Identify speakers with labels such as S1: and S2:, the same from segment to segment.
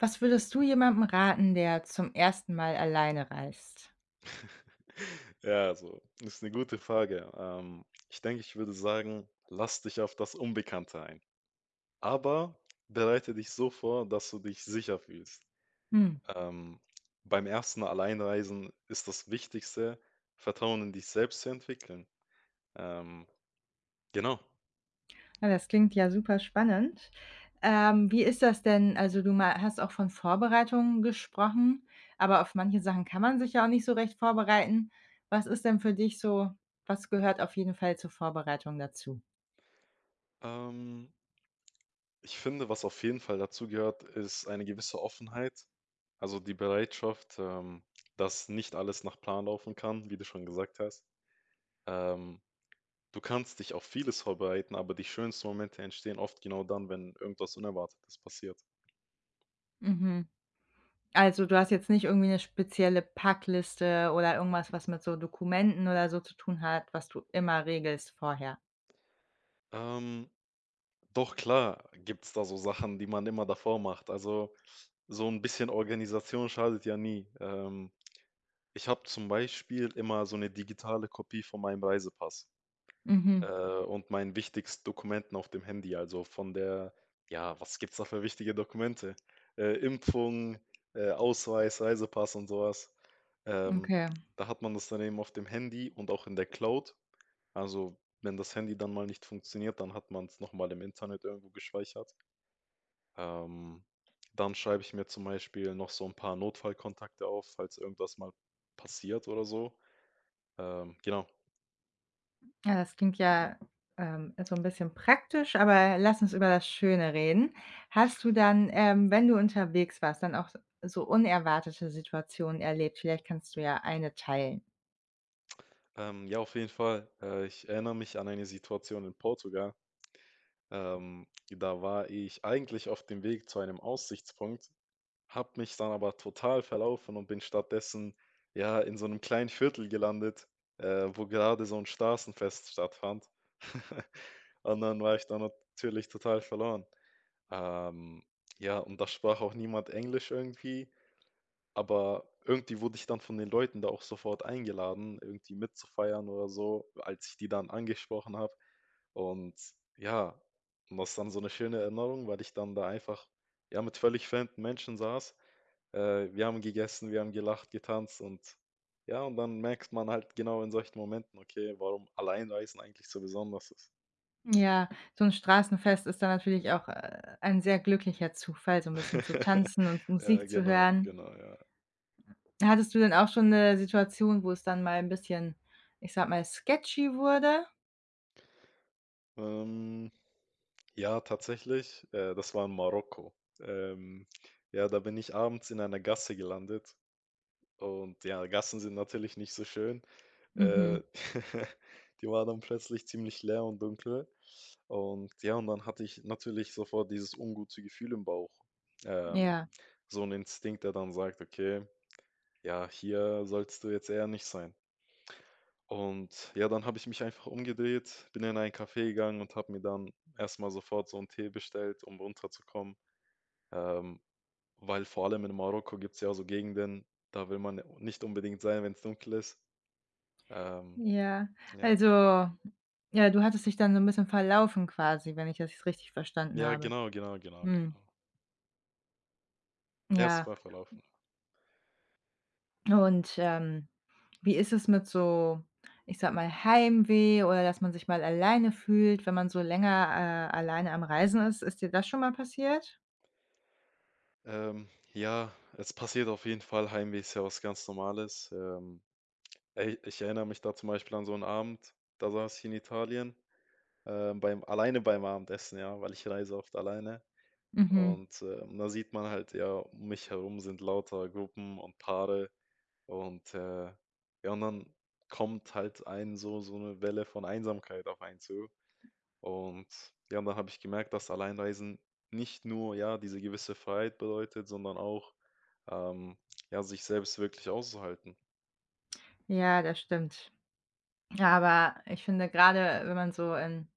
S1: Was würdest du jemandem raten, der zum ersten Mal alleine reist?
S2: Ja, also, ist eine gute Frage. Ich denke, ich würde sagen, lass dich auf das Unbekannte ein, aber bereite dich so vor, dass du dich sicher fühlst.
S1: Hm,
S2: Ähm, beim ersten Alleinreisen ist das Wichtigste, Vertrauen in dich selbst zu entwickeln. Ähm, genau.
S1: ja, das klingt ja super spannend. Wie ist das denn? Also, du mei hast auch von Vorbereitungen gesprochen, aber auf manche Sachen kann man sich ja auch nicht so recht vorbereiten. Was ist denn für dich so, was gehört auf jeden Fall zur Vorbereitung dazu?
S2: Ähm, ich finde, was auf jeden Fall dazu gehört, ist eine gewisse Offenheit, also, die Bereitschaft, dass nicht alles nach Plan laufen kann, wie du schon gesagt hast. Ähm Du kannst dich auf vieles vorbereiten, aber die schönsten Momente entstehen oft genau dann, wenn irgendwas Unerwartetes passiert.
S1: Mhm. Also, du hast jetzt nicht irgendwie eine spezielle Packliste oder irgendwas, was mit so Dokumenten oder so zu tun hat, was du immer regelst vorher?
S2: Ähm, doch klar gibt's da so Sachen, die man immer davor macht. Also so ein bisschen Organisation schadet ja nie. Ich habe zum Beispiel immer so eine digitale Kopie von meinem Reisepass. Äh,
S1: Mhm,
S2: und meinen wichtigsten Dokumenten auf dem Handy, also von der ja, was gibt's da für wichtige Dokumente? Impfung, Ausweis, Reisepass und sowas. Ähm,
S1: okay.
S2: da hat man das dann eben auf dem Handy und auch in der Cloud. Also, wenn das Handy dann mal nicht funktioniert, dann hat man's noch mal im Internet irgendwo gespeichert. Ähm, dann schreibe ich mir zum Beispiel noch so ein paar Notfallkontakte auf, falls irgendwas mal passiert oder so. Genau.
S1: Ja, das klingt ja, so ein bisschen praktisch, aber lass uns über das Schöne reden. Hast du dann, wenn du unterwegs warst, dann auch so unerwartete Situationen erlebt? Vielleicht kannst du ja eine teilen.
S2: Ja, auf jeden Fall. Ich erinnere mich an eine Situation in Portugal. Da war ich eigentlich auf dem Weg zu einem Aussichtspunkt, habe mich dann aber total verlaufen und bin stattdessen ja in so einem kleinen Viertel gelandet, wo gerade so ein Straßenfest stattfand. Und dann war ich da natürlich total verloren. Ähm, ja, und da sprach auch niemand Englisch irgendwie. Aber irgendwie wurde ich dann von den Leuten da auch sofort eingeladen, irgendwie mitzufeiern oder so, als ich die dann angesprochen habe. Und ja, und das ist dann so eine schöne Erinnerung, weil ich dann da einfach, ja, mit völlig fremden Menschen saß. Wir haben gegessen, wir haben gelacht, getanzt und ja, und dann merkt man halt genau in solchen Momenten, okay, warum Alleinreisen eigentlich so besonders ist.
S1: Ja, so ein Straßenfest ist dann natürlich auch, ein sehr glücklicher Zufall, so ein bisschen zu tanzen und
S2: Ja,
S1: Musik zu
S2: genau,
S1: hören.
S2: genau, ja.
S1: Hattest du denn auch schon eine Situation, wo es dann mal ein bisschen, ich sag mal, sketchy wurde?
S2: Ähm Ja, tatsächlich, das war in Marokko. Ähm, ja, da bin ich abends in einer Gasse gelandet und ja, Gassen sind natürlich nicht so schön. Äh,
S1: Mhm,
S2: die war dann plötzlich ziemlich leer und dunkel und ja, und dann hatte ich natürlich sofort dieses ungute Gefühl im Bauch. Ähm,
S1: ja.
S2: so ein Instinkt, der dann sagt: „Okay, ja, hier sollst du jetzt eher nicht sein.“ Und ja, dann habe ich mich einfach umgedreht, bin in ein Café gegangen und habe mir dann erst mal sofort so einen Tee bestellt, um runterzukommen. Ähm, weil vor allem in Marokko gibt es ja so Gegenden, da will man nicht unbedingt sein, wenn es dunkel ist. Ähm,
S1: Ja,
S2: ja.
S1: also, ja, du hattest dich dann so 'n bisschen verlaufen quasi, wenn ich das jetzt richtig verstanden
S2: Ja,
S1: habe.
S2: genau, genau, genau,
S1: Mhm,
S2: genau. Ja, es
S1: ja.
S2: war verlaufen.
S1: Und, wie ist es mit so, ich sage mal, Heimweh oder dass man sich mal alleine fühlt, wenn man so länger, alleine am Reisen ist? Ist dir das schon mal passiert?
S2: Ähm, ja, es passiert auf jeden Fall. Heimweh ist ja was ganz Normales. Ey, ich erinnere mich da zum Beispiel an so einen Abend, da saß ich in Italien, beim alleine beim Abendessen, ja, weil ich reise oft alleine
S1: Mhm.
S2: und, da sieht man halt, ja, um mich herum sind lauter Gruppen und Paare. Und, ja, und dann kommt halt ein so eine Welle von Einsamkeit auf einen zu. Und ja, und dann habe ich gemerkt, dass Alleinreisen nicht nur, ja, diese gewisse Freiheit bedeutet, sondern auch, ähm, ja, sich selbst wirklich auszuhalten.
S1: Ja, das stimmt. Ja, aber ich finde gerade, wenn man so in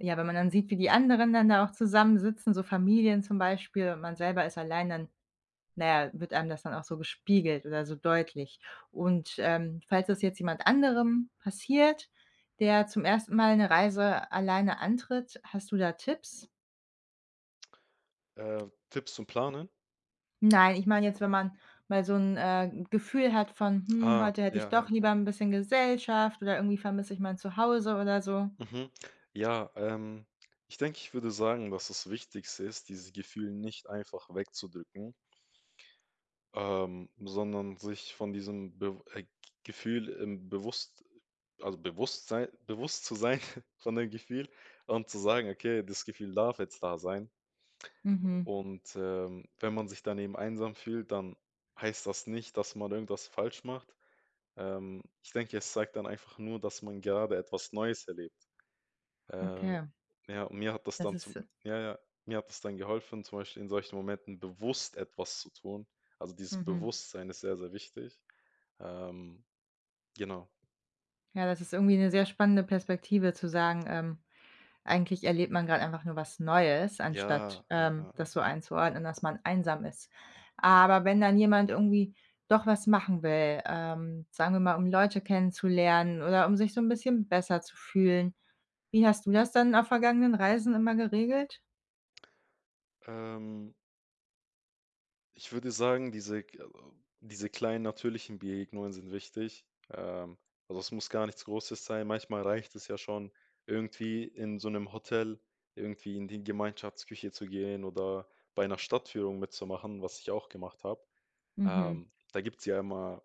S1: ja, wenn man dann sieht, wie die anderen dann da auch zusammensitzen, so Familien zum Beispiel und man selber ist allein, dann, na ja, wird einem das dann auch so gespiegelt oder so deutlich. Und, falls das jetzt jemand anderem passiert, der zum ersten Mal eine Reise alleine antritt, hast du da Tipps?
S2: Tipps zum Planen?
S1: Nein, ich meine jetzt, wenn man mal so ein Gefühl hat von: „Hm,
S2: Ah,
S1: heute hätte
S2: ja,
S1: ich
S2: ja,
S1: doch lieber
S2: ja,
S1: ein
S2: ja.
S1: bisschen Gesellschaft“ oder „irgendwie vermisse ich mein Zuhause“ oder so.
S2: Mhm. Ja, ich denke, ich würde sagen, dass das Wichtigste ist, dieses Gefühl nicht einfach wegzudrücken. Sondern sich von diesem Be Gefühl, im bewusst also bewusst sei bewusst zu sein von dem Gefühl und zu sagen: „Okay, das Gefühl darf jetzt da sein.“
S1: Mhm,
S2: Und, wenn man sich dann eben einsam fühlt, dann heißt das nicht, dass man irgendwas falsch macht. Ich denke, es zeigt dann einfach nur, dass man gerade etwas Neues erlebt. Äh,
S1: okay.
S2: ja, und mir hat das
S1: Das
S2: dann zum
S1: ist.
S2: ja, ja, mir hat das dann geholfen, zum Beispiel in solchen Momenten bewusst etwas zu tun. Also, dieses
S1: Mhm.
S2: Bewusstsein ist sehr, sehr wichtig. Ähm, genau.
S1: Ja, das ist irgendwie eine sehr spannende Perspektive zu sagen, eigentlich erlebt man gerade einfach nur was Neues, anstatt,
S2: Ja,
S1: das so einzuordnen, dass man einsam ist. Aber wenn dann jemand irgendwie doch was machen will, sagen wir mal, um Leute kennenzulernen oder um sich so ein bisschen besser zu fühlen, wie hast du das dann auf vergangenen Reisen immer geregelt?
S2: ähm, ich würde sagen, diese k also, diese kleinen natürlichen Begegnungen sind wichtig. Also, es muss gar nichts Großes sein. Manchmal reicht es ja schon, irgendwie in so einem Hotel irgendwie in die Gemeinschaftsküche zu gehen oder bei einer Stadtführung mitzumachen, was ich auch gemacht habe.
S1: Mhm,
S2: Da gibt's ja immer,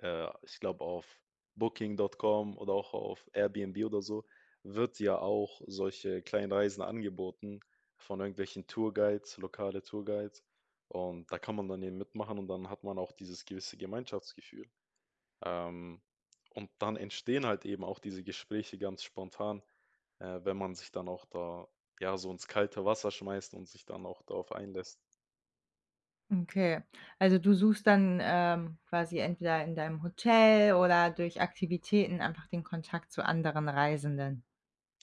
S2: ich glaube auf Booking.com oder auch auf Airbnb oder so, wird ja auch solche kleinen Reisen angeboten von irgendwelchen Tourguides, lokale Tourguides. Und da kann man dann eben mitmachen und dann hat man auch dieses gewisse Gemeinschaftsgefühl. Ähm, und dann entstehen halt eben auch diese Gespräche ganz spontan, wenn man sich dann auch da, ja, so ins kalte Wasser schmeißt und sich dann auch darauf einlässt.
S1: okay. Also, du suchst dann, quasi entweder in deinem Hotel oder durch Aktivitäten einfach den Kontakt zu anderen Reisenden?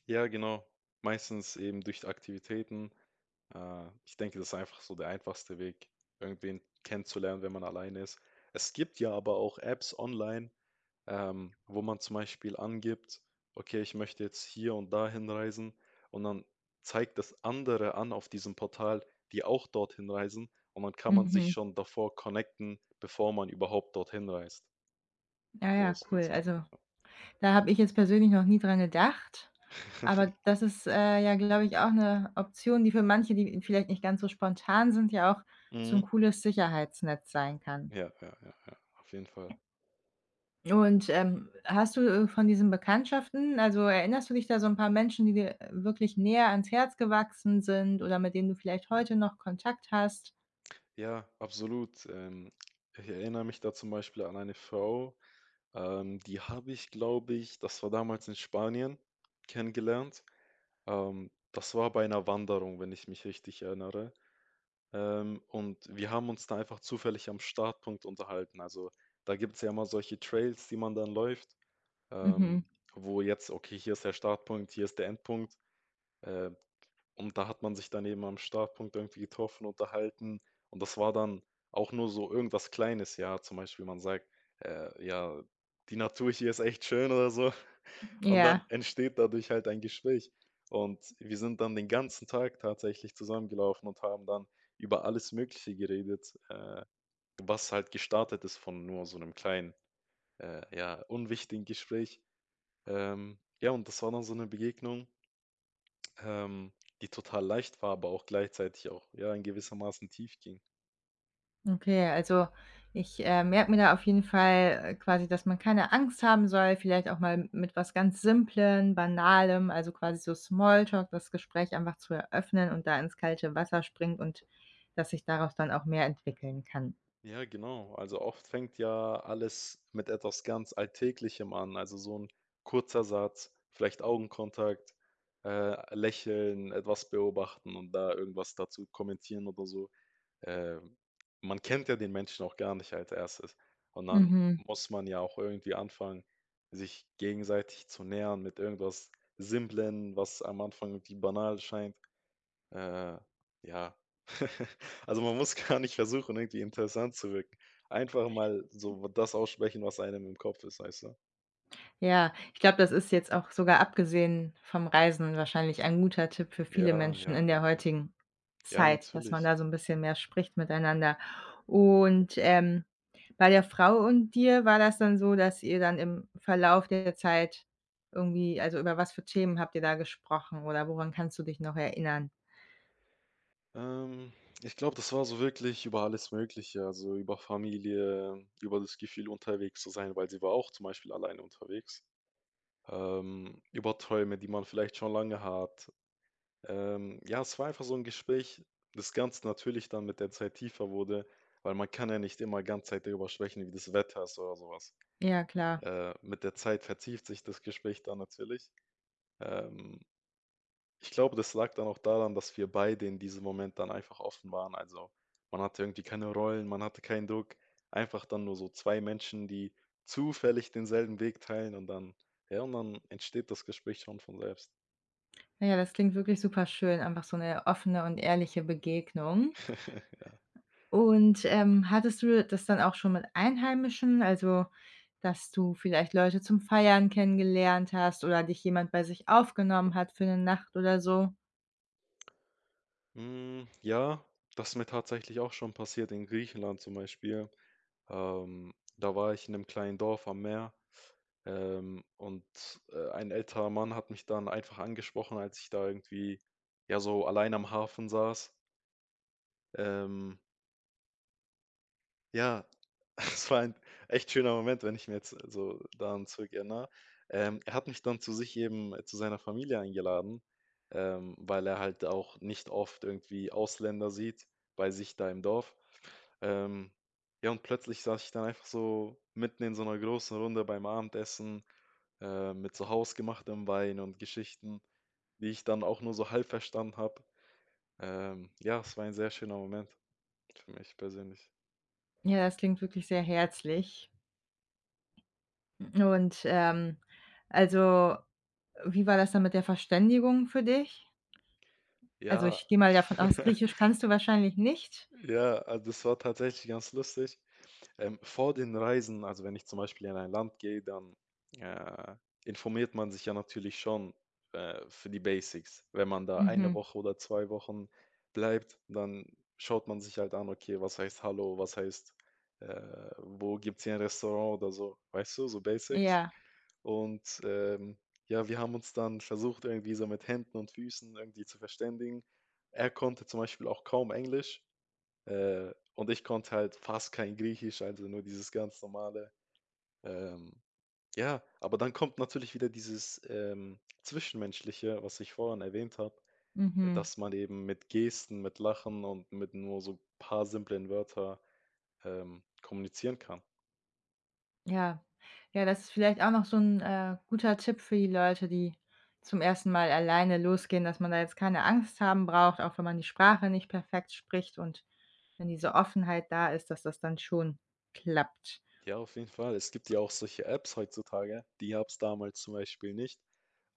S2: Ja, genau. Meistens eben durch Aktivitäten. Ich denke, das ist einfach so der einfachste Weg, irgendwen kennenzulernen, wenn man alleine ist. Es gibt ja aber auch Apps online, wo man zum Beispiel angibt, okay, ich möchte jetzt hier und dahin reisen und dann zeigt das andere an auf diesem Portal, die auch dorthin reisen und dann kann man sich
S1: Mhm.
S2: schon davor connecten, bevor man überhaupt dorthin reist.
S1: Ja, ja,
S2: Sowas
S1: cool.
S2: gibt's auch.
S1: Also, da habe ich jetzt persönlich noch nie dran gedacht, aber das ist, ja, glaube ich, auch eine Option, die für manche, die vielleicht nicht ganz so spontan sind, ja auch so ein
S2: Mhm.
S1: cooles Sicherheitsnetz sein kann.
S2: Ja, ja, ja, ja, auf jeden Fall.
S1: Und, hast du, von diesen Bekanntschaften, also, erinnerst du dich da so ein paar Menschen, die dir wirklich näher ans Herz gewachsen sind oder mit denen du vielleicht heute noch Kontakt hast?
S2: Ja, absolut. Ich erinnere mich da zum Beispiel an eine Frau, die habe ich, glaube ich das war damals in Spanien, kennengelernt. Das war bei einer Wanderung, wenn ich mich richtig erinnere. Und wir haben uns da einfach zufällig am Startpunkt unterhalten. Also, da gibt es ja immer solche Trails, die man dann läuft, ähm,
S1: Mhm.
S2: wo jetzt okay, hier ist der Startpunkt, hier ist der Endpunkt. Äh, und da hat man sich dann eben am Startpunkt irgendwie getroffen, unterhalten. Und das war dann auch nur so irgendwas Kleines, ja. Zum Beispiel, man sagt, ja, die Natur hier ist echt schön oder so. Und dann
S1: Ja.
S2: entsteht dadurch halt ein Gespräch. Und wir sind dann den ganzen Tag tatsächlich zusammengelaufen und haben dann über alles Mögliche geredet, was halt gestartet ist von nur so einem kleinen, ja, unwichtigen Gespräch. Ja, und das war dann so eine Begegnung ähm, die total leicht war, aber auch gleichzeitig auch, ja, in gewissermaßen tief ging.
S1: Okay, also ich, merke mir da auf jeden Fall, quasi, dass man keine Angst haben soll, vielleicht auch mal mit was ganz Simplem, Banalem, also quasi so Smalltalk, das Gespräch einfach zu eröffnen und da ins kalte Wasser springt und dass sich daraus dann auch mehr entwickeln kann.
S2: Ja, genau. Also oft fängt ja alles mit etwas ganz Alltäglichem an. Also so ein kurzer Satz, vielleicht Augenkontakt, lächeln, etwas beobachten und da irgendwas dazu kommentieren oder so. Ähm, man kennt ja den Menschen auch gar nicht als Erstes. Und dann
S1: Mhm.
S2: muss man ja auch irgendwie anfangen, sich gegenseitig zu nähern mit irgendwas Simplen, was am Anfang irgendwie banal scheint. Äh, ja. Also, man muss gar nicht versuchen, irgendwie interessant zu wirken. Einfach mal so das aussprechen, was einem im Kopf ist, weißt du?
S1: Ja, ich glaube, das ist jetzt auch sogar abgesehen vom Reisen wahrscheinlich ein guter Tipp für
S2: Ja,
S1: viele Menschen
S2: ja,
S1: in
S2: ja,
S1: der
S2: ja.
S1: heutigen
S2: Ja,
S1: Zeit, dass man
S2: natürlich.
S1: da so 'n bisschen mehr spricht miteinander. Und, bei der Frau und dir war das dann so, dass ihr dann im Verlauf der Zeit irgendwie, also, über was für Themen habt ihr da gesprochen oder woran kannst du dich noch erinnern?
S2: Ähm, ich glaube, das war so wirklich über alles Mögliche, also über Familie, über das Gefühl, unterwegs zu sein, weil sie war auch zum Beispiel alleine unterwegs. Über Träume, die man vielleicht schon lange hat. Ja, es war einfach so ein Gespräch, das ganz natürlich dann mit der Zeit tiefer wurde, weil man kann ja nicht immer ganz Zeit darüber sprechen, wie das Wetter ist oder sowas.
S1: Ja, klar.
S2: Mit der Zeit vertieft sich das Gespräch dann natürlich. Ähm, ich glaube, das lag dann auch daran, dass wir beide in diesem Moment dann einfach offen waren. Also, man hatte irgendwie keine Rollen, man hatte keinen Druck, einfach dann nur so 2 Menschen, die zufällig denselben Weg teilen und dann ja, und dann entsteht das Gespräch schon von selbst.
S1: Na ja, das klingt wirklich super schön, einfach so 'ne offene und ehrliche Begegnung.
S2: Ja.
S1: Und, hattest du das dann auch schon mit Einheimischen, also, dass du vielleicht Leute zum Feiern kennengelernt hast oder dich jemand bei sich aufgenommen hat für 'ne Nacht oder so?
S2: Hm, ja, das ist mir tatsächlich auch schon passiert in Griechenland zum Beispiel. Da war ich in einem kleinen Dorf am Meer, und, ein älterer Mann hat mich dann einfach angesprochen, als ich da irgendwie, ja, so allein am Hafen saß, ähm Ja, es war ein echt schöner Moment, wenn ich mir jetzt so daran zurückerinnere. Er hat mich dann zu sich eben zu seiner Familie eingeladen, weil er halt auch nicht oft irgendwie Ausländer sieht bei sich da im Dorf. Ähm, ja, und plötzlich saß ich dann einfach so mitten in so einer großen Runde beim Abendessen, mit so hausgemachtem Wein und Geschichten, die ich dann auch nur so halb verstanden habe. Ja, es war ein sehr schöner Moment für mich persönlich.
S1: Ja, das klingt wirklich sehr herzlich. Und, also, wie war das dann mit der Verständigung für dich? Also,
S2: Ja.
S1: ich gehe mal davon aus, Griechisch kannst du wahrscheinlich nicht?
S2: Ja, also das war tatsächlich ganz lustig. Vor den Reisen, also wenn ich zum Beispiel in ein Land gehe, dann äh, informiert man sich ja natürlich schon für die Basics. Wenn man da eine
S1: Mhm.
S2: Woche oder zwei Wochen bleibt, dann schaut man sich halt an, okay, was heißt Hallo, was heißt, wo gibt es hier ein Restaurant oder so, weißt du, so Basics.
S1: Ja,
S2: Und ja, wir haben uns dann versucht, irgendwie so mit Händen und Füßen irgendwie zu verständigen. Er konnte zum Beispiel auch kaum Englisch. Und ich konnte halt fast kein Griechisch, also nur dieses ganz normale. Ähm, ja, aber dann kommt natürlich wieder dieses Zwischenmenschliche, was ich vorhin erwähnt habe,
S1: mhm.
S2: dass man eben mit Gesten, mit Lachen und mit nur so paar simplen Wörter kommunizieren kann.
S1: Ja. Ja, das ist vielleicht auch noch so 'n, guter Tipp für die Leute, die zum ersten Mal alleine losgehen, dass man da jetzt keine Angst haben braucht, auch wenn man die Sprache nicht perfekt spricht und wenn diese Offenheit da ist, dass das dann schon klappt.
S2: Ja, auf jeden Fall. Es gibt ja auch solche Apps heutzutage, die gab's damals zum Beispiel nicht.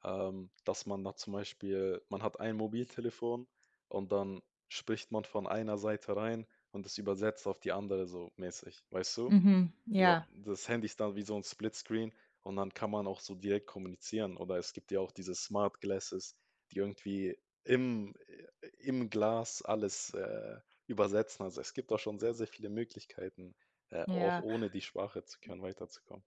S2: Dass man da zum Beispiel man hat ein Mobiltelefon und dann spricht man von einer Seite rein und es übersetzt auf die andere so mäßig, weißt du?
S1: Mhm,
S2: So,
S1: ja,
S2: das Handy ist dann wie so 'n Splitscreen und dann kann man auch so direkt kommunizieren oder es gibt ja auch diese Smart Glasses, die irgendwie im im Glas alles, übersetzen. Also, es gibt da schon sehr, sehr viele Möglichkeiten, auch
S1: ja,
S2: ohne die Sprache zu können, weiterzukommen.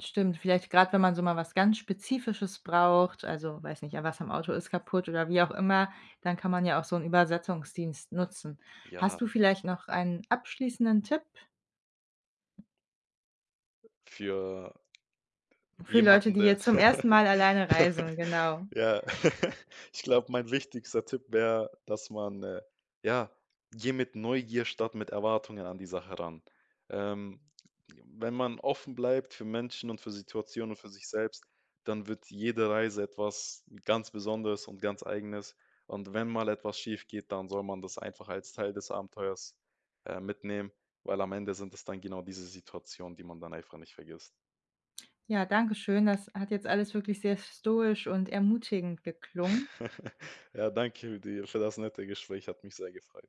S1: stimmt. Vielleicht grad, wenn man so mal was ganz Spezifisches braucht, also, weiß nicht, ja, was am Auto ist kaputt oder wie auch immer, dann kann man ja auch so 'n Übersetzungsdienst nutzen.
S2: Ja,
S1: Hast du vielleicht noch einen abschließenden Tipp?
S2: für
S1: Für Leute,
S2: Jemanden,
S1: die
S2: der
S1: jetzt zum ersten Mal alleine reisen, genau.
S2: ja, ich glaube, mein wichtigster Tipp wäre, dass man, ja, gehe mit Neugier statt mit Erwartungen an die Sache ran. Ähm, wenn man offen bleibt für Menschen und für Situationen und für sich selbst, dann wird jede Reise etwas ganz Besonderes und ganz Eigenes. Und wenn mal etwas schief geht, dann soll man das einfach als Teil des Abenteuers, mitnehmen, weil am Ende sind es dann genau diese Situationen, die man dann einfach nicht vergisst.
S1: Ja, danke schön. Das hat jetzt alles wirklich sehr stoisch und ermutigend geklungen.
S2: Ja, danke dir für das nette Gespräch, hat mich sehr gefreut.